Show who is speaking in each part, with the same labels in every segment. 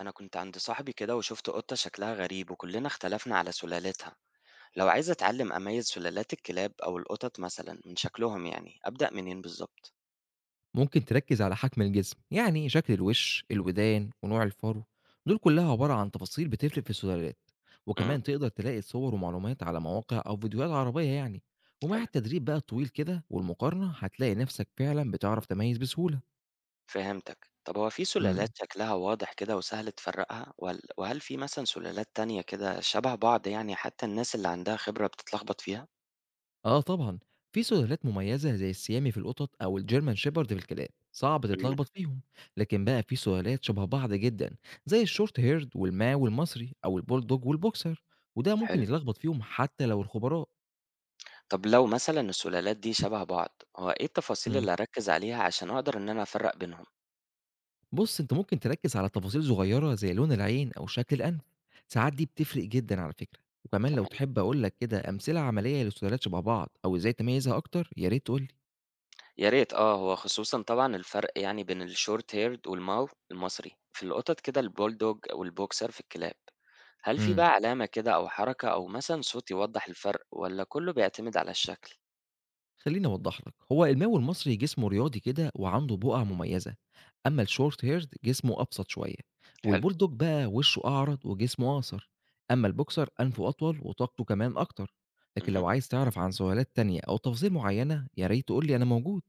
Speaker 1: أنا كنت عند صاحبي كده وشفت قطة شكلها غريب وكلنا اختلفنا على سلالتها. لو عايز أتعلم أميز سلالات الكلاب أو القطط مثلا من شكلهم يعني أبدأ منين بالظبط؟
Speaker 2: ممكن تركز على حجم الجسم، يعني شكل الوش الودان ونوع الفرو. دول كلها عبارة عن تفاصيل بتفرق في السلالات.
Speaker 1: امم
Speaker 2: وكمان تقدر تلاقي صور ومعلومات على مواقع أو فيديوهات عربية يعني. ومع
Speaker 1: حلو.
Speaker 2: التدريب بقى الطويل كده والمقارنة هتلاقي نفسك فعلا بتعرف تميز بسهولة.
Speaker 1: فهمتك، طب هو في سلالات
Speaker 2: مم.
Speaker 1: شكلها واضح كده وسهل تفرقها وهل في مثلا سلالات تانية كده شبه بعض يعني حتى الناس اللي عندها خبرة بتتلخبط فيها؟
Speaker 2: آه طبعًا، في سلالات مميزة زي السيامي في القطط أو الGerman shepherd في الكلاب، صعب
Speaker 1: امم
Speaker 2: تتلخبط فيهم، لكن بقى في سلالات شبه بعض جدًا زي الshort haired والMao والمصري أو الBulldog والBoxer، وده ممكن
Speaker 1: حلو.
Speaker 2: يتلخبط فيهم حتى لو الخبراء.
Speaker 1: طب لو مثلا السلالات دي شبه بعض هو إيه التفاصيل
Speaker 2: امم.
Speaker 1: اللي أركز عليها عشان أقدر إن أنا أفرق بينهم؟
Speaker 2: بُص، أنت ممكن تركز على تفاصيل صغيرة زي لون العين أو شكل الأنف، ساعات دي بتفرق جدًا على فكرة، وكمان لو
Speaker 1: تمام،
Speaker 2: تحب أقول لك كده أمثلة عملية لسلالات شبه بعض أو إزاي تميزها أكتر يا ريت تقول لي.
Speaker 1: يا ريت. آه، هو خصوصًا طبعًا الفرق يعني بين الshort haired والMau المصري، في القطط كده الBulldog والBoxer في الكلاب، هل في
Speaker 2: امم.
Speaker 1: بقى علامة كده أو حركة أو مثلًا صوت يوضح الفرق والّا كلّه بيعتمد على الشكل؟
Speaker 2: خليني اوضح لك، هو الماوي المصري جسمه رياضي كده وعنده بقع مميزه، اما الشورت هيرد جسمه ابسط شويه،
Speaker 1: حلو،
Speaker 2: والبولدوج بقى وشه اعرض وجسمه اقصر، اما البوكسر انفه اطول وطاقته كمان اكتر. لكن
Speaker 1: اهم.
Speaker 2: لو عايز تعرف عن سؤالات تانية او تفاصيل معينه يا ريت تقول لي، انا موجود.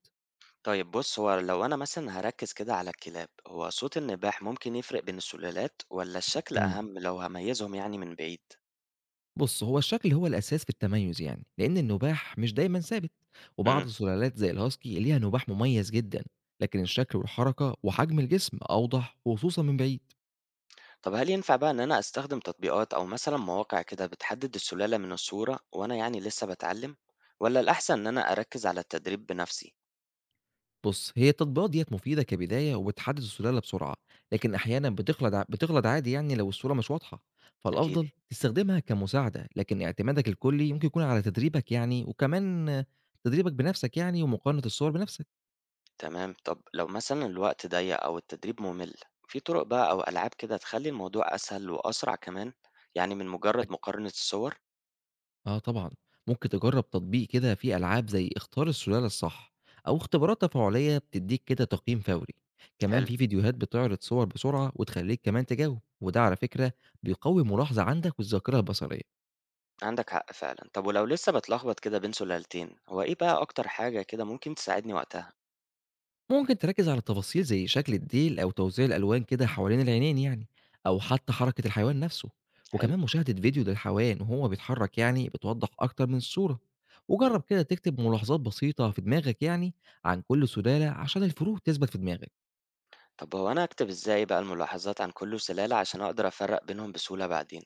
Speaker 1: طيب بُص هو لو أنا مثلًا هاركّز كده على الكلاب، هو صوت النباح ممكن يفرق بين السلالات والّا الشكل
Speaker 2: مم.
Speaker 1: أهم لو هاميّزهم يعني من بعيد؟
Speaker 2: بص، هو الشكل هو الاساس في التميز يعني، لان النباح مش دايما ثابت، وبعض
Speaker 1: إمم.
Speaker 2: السلالات زي الهاسكي ليها نباح مميز جدا، لكن الشكل والحركه وحجم الجسم اوضح وخصوصا من بعيد.
Speaker 1: طب هل ينفع بقى إن أنا أستخدم تطبيقات أو مثلًا مواقع كده بتحدد السلالة من الصورة وأنا يعني لسه باتعلم، والّا الأحسن إن أنا أركز على التدريب بنفسي؟
Speaker 2: بُص، هي التطبيقات ديّة مفيدة كبداية وبتحدد السلالة بسرعة، لكن أحيانًا بتخلد ع بتخلط عادي يعني لو الصورة مش واضحة،
Speaker 1: أكيد.
Speaker 2: فالأفضل تستخدمها كمساعدة، لكن اعتمادك الكلّي ممكن يكون على تدريبك يعني، وكمان آه، تدريبك بنفسك يعني ومقارنة الصور بنفسك.
Speaker 1: تمام، طب لو مثلًا الوقت ضيق أو التدريب ممل، في طرق بقى أو ألعاب كده تخلي الموضوع أسهل وأسرع كمان، يعني من
Speaker 2: أك
Speaker 1: مجرد مقارنة الصور؟
Speaker 2: آه طبعًا، ممكن تجرّب تطبيق كده فيه ألعاب زي اختار السلالة الصح أو اختبارات تفاعلية بتدّيك كده تقييم فوري، كمان
Speaker 1: حلو،
Speaker 2: في فيديوهات بتعرض صور بسرعة وتخلّيك كمان تجاوب، وده على فكرة بيقوي الملاحظة عندك والذاكرة البصرية.
Speaker 1: عندك حق فعلًا. طب ولو لسه باتلخبط كده بين سلالتين، هو إيه بقى أكتر حاجة كده ممكن تساعدني وقتها؟
Speaker 2: ممكن تركز على تفاصيل زي شكل الديل أو توزيع الألوان كده حوالين العينين يعني، أو حتى حركة الحيوان نفسه.
Speaker 1: حلو،
Speaker 2: وكمان مشاهدة فيديو للحيوان وهو بيتحرك يعني بتوضح أكتر من الصورة.
Speaker 1: إمم.
Speaker 2: وجرب كده تكتب ملاحظات بسيطة في دماغك يعني عن كل سلالة عشان الفروق تثبت في دماغك.
Speaker 1: طب هو أنا أكتب إزاي بقى الملاحظات عن كل سلالة عشان أقدر أفرق بينهم بسهولة بعدين؟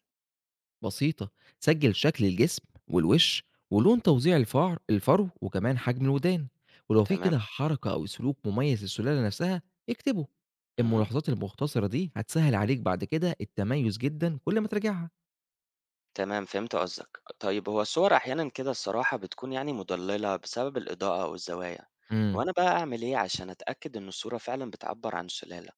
Speaker 2: بسيطة، سجل شكل الجسم والوش ولون توزيع الفرو، وكمان حجم الودان، ولو في
Speaker 1: تمام؟
Speaker 2: كده حركة أو سلوك مميز للسلالة نفسها اكتبه.
Speaker 1: اهم.
Speaker 2: الملاحظات المختصرة دي هتسهل عليك بعد كده التميز جدا كل ما تراجعها.
Speaker 1: تمام، فهمت قصدك. طيب هو الصور أحيانا كده الصراحة بتكون يعني مضللة بسبب الإضاءة أو الزوايا.
Speaker 2: مم.
Speaker 1: هو أنا بقى أعمل إيه عشان أتأكد إن الصورة فعلا بتعبر عن السلالة؟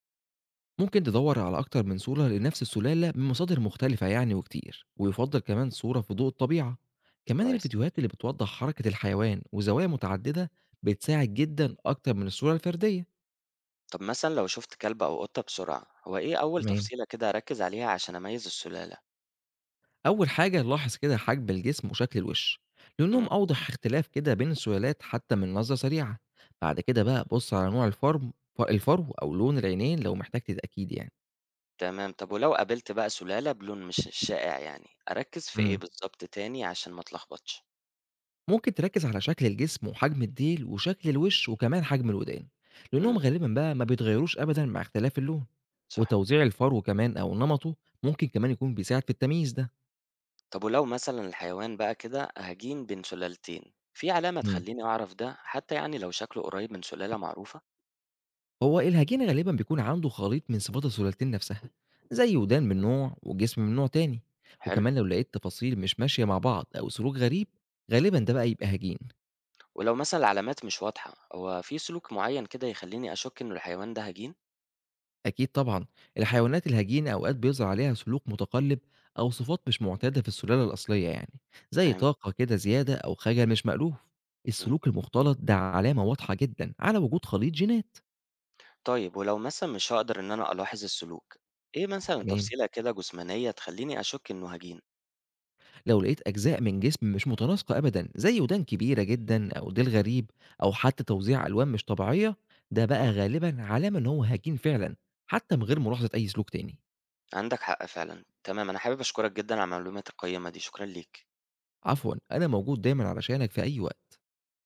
Speaker 2: ممكن تدور على أكتر من صورة لنفس السلالة من مصادر مختلفة يعني وكتير، ويفضل كمان صورة في ضوء الطبيعة. كمان
Speaker 1: كويس.
Speaker 2: الفيديوهات اللي بتوضح حركة الحيوان وزوايا متعددة بتساعد جدا أكتر من الصورة الفردية.
Speaker 1: طب مثلا لو شفت كلب أو قطة بسرعة، هو إيه أول
Speaker 2: تمام.
Speaker 1: تفصيلة كده أركز عليها عشان أميز السلالة؟
Speaker 2: أول حاجة لاحظ كده حجم الجسم وشكل الوش، لأنهم
Speaker 1: امم
Speaker 2: أوضح اختلاف كده بين السلالات حتى من نظرة سريعة. بعد كده بقى بص على نوع الفرو، الفرو أو لون العينين لو محتاج تأكيد يعني.
Speaker 1: تمام. طب ولو قابلت بقى سلالة بلون مش شائع يعني، أركز في إيه
Speaker 2: امم.
Speaker 1: بالظبط تاني عشان ما أتلخبطش؟
Speaker 2: ممكن تركز على شكل الجسم وحجم الديل وشكل الوش وكمان حجم الودان، لأنهم
Speaker 1: امم
Speaker 2: غالبا بقى ما بيتغيروش أبدا مع اختلاف اللون.
Speaker 1: صح.
Speaker 2: وتوزيع الفرو كمان أو نمطه ممكن كمان يكون بيساعد في التمييز ده.
Speaker 1: طب ولو مثلا الحيوان بقى كده هجين بين سلالتين في علامة
Speaker 2: مم.
Speaker 1: تخليني أعرف ده حتى يعني لو شكله قريب من سلالة معروفة.
Speaker 2: هو الهجين غالبا بيكون عنده خليط من صفات السلالتين نفسها، زي ودان من نوع وجسم من نوع تاني.
Speaker 1: حلو.
Speaker 2: وكمان لو لقيت تفاصيل مش ماشية مع بعض أو سلوك غريب غالبا ده بقى يبقى هجين.
Speaker 1: ولو مثلا العلامات مش واضحة هو في سلوك معين كده يخليني أشك إنه الحيوان ده هجين؟
Speaker 2: أكيد طبعا، الحيوانات الهجينة أوقات بيظهر عليها سلوك متقلب أو صفات مش معتادة في السلالة الأصلية يعني، زي
Speaker 1: فهمت.
Speaker 2: طاقة كده زيادة أو خجل مش مألوف.
Speaker 1: مم.
Speaker 2: السلوك المختلط ده علامة واضحة جدا على وجود خليط جينات.
Speaker 1: طيب ولو مثلا مش هقدر إن أنا ألاحظ السلوك، إيه مثلا
Speaker 2: تمام،
Speaker 1: تفصيلة كده جسمانية تخليني أشك إنه هجين؟
Speaker 2: لو لقيت أجزاء من جسم مش متناسقة أبدا زي ودان كبيرة جدا أو ديل غريب، أو حتى توزيع ألوان مش طبيعية، ده
Speaker 1: مم.
Speaker 2: بقى غالبا علامة إن هو هجين فعلا، حتى من غير ملاحظة أي سلوك تاني.
Speaker 1: عندك حق فعلا. تمام، أنا حابب أشكرك جدا على المعلومات القيمة دي، شكرا ليك.
Speaker 2: عفوا، أنا موجود دايما علشانك في أي وقت.